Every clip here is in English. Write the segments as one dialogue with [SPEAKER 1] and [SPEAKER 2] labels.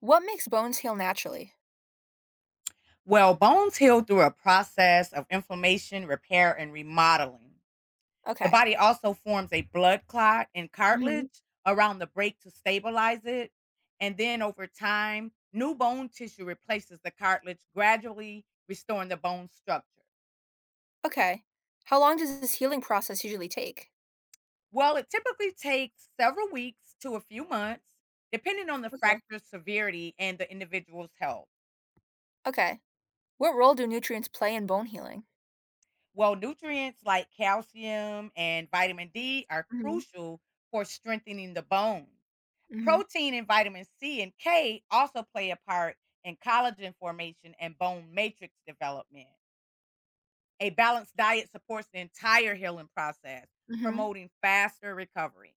[SPEAKER 1] What makes bones heal naturally?
[SPEAKER 2] Well, bones heal through a process of inflammation, repair, and remodeling. The
[SPEAKER 1] Okay.
[SPEAKER 2] body also forms a blood clot and
[SPEAKER 1] Hmm.
[SPEAKER 2] cartilage around the break to stabilize it. And then over time, new bone tissue replaces the cartilage, gradually restoring the bone structure.
[SPEAKER 1] Okay. How long does this healing process usually take?
[SPEAKER 2] Well, it typically takes several weeks to a few months, depending on the
[SPEAKER 1] Okay.
[SPEAKER 2] fracture severity and the individual's health.
[SPEAKER 1] Okay. What role do nutrients play in bone healing?
[SPEAKER 2] Well, nutrients like calcium and vitamin D are
[SPEAKER 1] Hmm.
[SPEAKER 2] crucial for strengthening the bone.
[SPEAKER 1] Mm-hmm.
[SPEAKER 2] Protein and vitamin C and K also play a part in collagen formation and bone matrix development. A balanced diet supports the entire healing process,
[SPEAKER 1] Mm-hmm.
[SPEAKER 2] promoting faster recovery.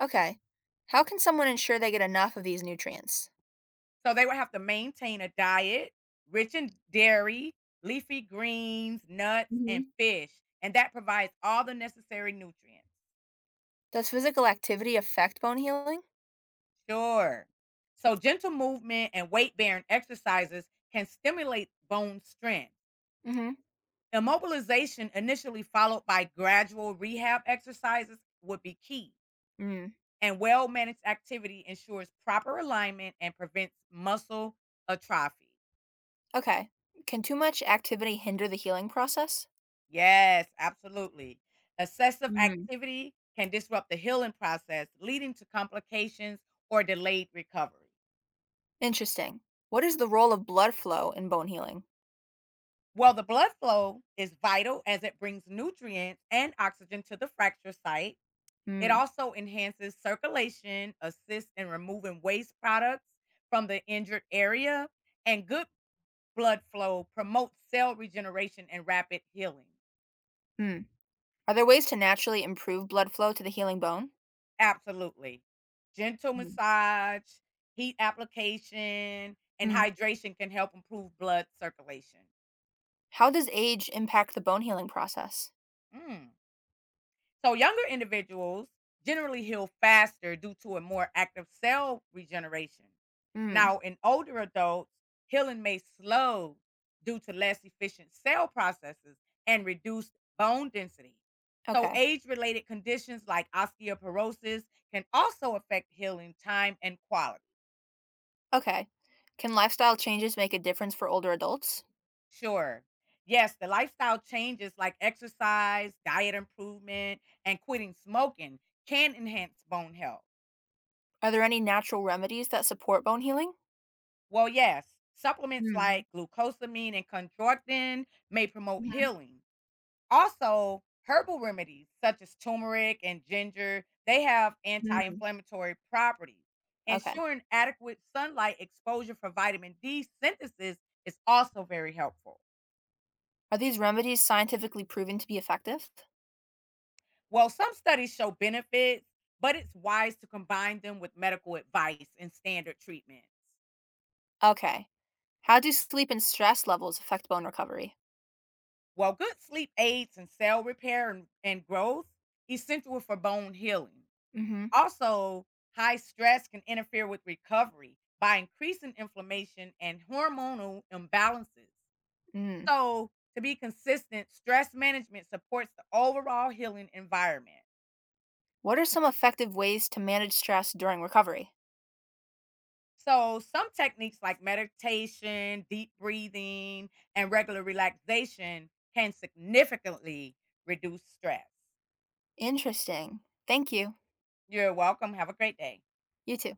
[SPEAKER 1] Okay. How can someone ensure they get enough of these nutrients?
[SPEAKER 2] So they would have to maintain a diet rich in dairy, leafy greens, nuts,
[SPEAKER 1] Hmm.
[SPEAKER 2] and fish, and that provides all the necessary nutrients.
[SPEAKER 1] Does physical activity affect bone healing?
[SPEAKER 2] Sure. So, gentle movement and weight bearing exercises can stimulate bone strength.
[SPEAKER 1] Mm-hmm.
[SPEAKER 2] Immobilization, initially followed by gradual rehab exercises, would be key.
[SPEAKER 1] Mm.
[SPEAKER 2] And well managed activity ensures proper alignment and prevents muscle atrophy.
[SPEAKER 1] Okay. Can too much activity hinder the healing process?
[SPEAKER 2] Yes, absolutely. Excessive
[SPEAKER 1] Hmm.
[SPEAKER 2] activity can disrupt the healing process, leading to complications or delayed recovery.
[SPEAKER 1] Interesting. What is the role of blood flow in bone healing?
[SPEAKER 2] Well, the blood flow is vital as it brings nutrients and oxygen to the fracture site. It
[SPEAKER 1] Mm.
[SPEAKER 2] also enhances circulation, assists in removing waste products from the injured area, and good blood flow promotes cell regeneration and rapid healing.
[SPEAKER 1] Mm. Are there ways to naturally improve blood flow to the healing bone?
[SPEAKER 2] Absolutely. Gentle
[SPEAKER 1] Mm.
[SPEAKER 2] massage, heat application, and
[SPEAKER 1] Mm.
[SPEAKER 2] hydration can help improve blood circulation.
[SPEAKER 1] How does age impact the bone healing process?
[SPEAKER 2] Mm. So younger individuals generally heal faster due to a more active cell regeneration.
[SPEAKER 1] Mm.
[SPEAKER 2] Now, in older adults, healing may slow due to less efficient cell processes and reduced bone density. So,
[SPEAKER 1] Okay.
[SPEAKER 2] age related conditions like osteoporosis can also affect healing time and quality.
[SPEAKER 1] Okay. Can lifestyle changes make a difference for older adults?
[SPEAKER 2] Sure. Yes, the lifestyle changes like exercise, diet improvement, and quitting smoking can enhance bone health.
[SPEAKER 1] Are there any natural remedies that support bone healing?
[SPEAKER 2] Well, yes. Supplements
[SPEAKER 1] Mm.
[SPEAKER 2] like glucosamine and chondroitin may promote
[SPEAKER 1] Mhm.
[SPEAKER 2] healing. Also, herbal remedies such as turmeric and ginger, they have
[SPEAKER 1] Mm.
[SPEAKER 2] anti-inflammatory properties.
[SPEAKER 1] Okay.
[SPEAKER 2] Ensuring adequate sunlight exposure for vitamin D synthesis is also very helpful.
[SPEAKER 1] Are these remedies scientifically proven to be effective?
[SPEAKER 2] Well, some studies show benefits, but it's wise to combine them with medical advice and standard treatments.
[SPEAKER 1] Okay. How do sleep and stress levels affect bone recovery?
[SPEAKER 2] Well, good sleep aids and cell repair and growth, essential for bone healing.
[SPEAKER 1] Mm-hmm.
[SPEAKER 2] Also, high stress can interfere with recovery by increasing inflammation and hormonal imbalances.
[SPEAKER 1] Mm.
[SPEAKER 2] So, to be consistent, stress management supports the overall healing environment.
[SPEAKER 1] What are some effective ways to manage stress during recovery?
[SPEAKER 2] So, some techniques like meditation, deep breathing, and regular relaxation can significantly reduce stress.
[SPEAKER 1] Interesting. Thank you.
[SPEAKER 2] You're welcome. Have a great day.
[SPEAKER 1] You too.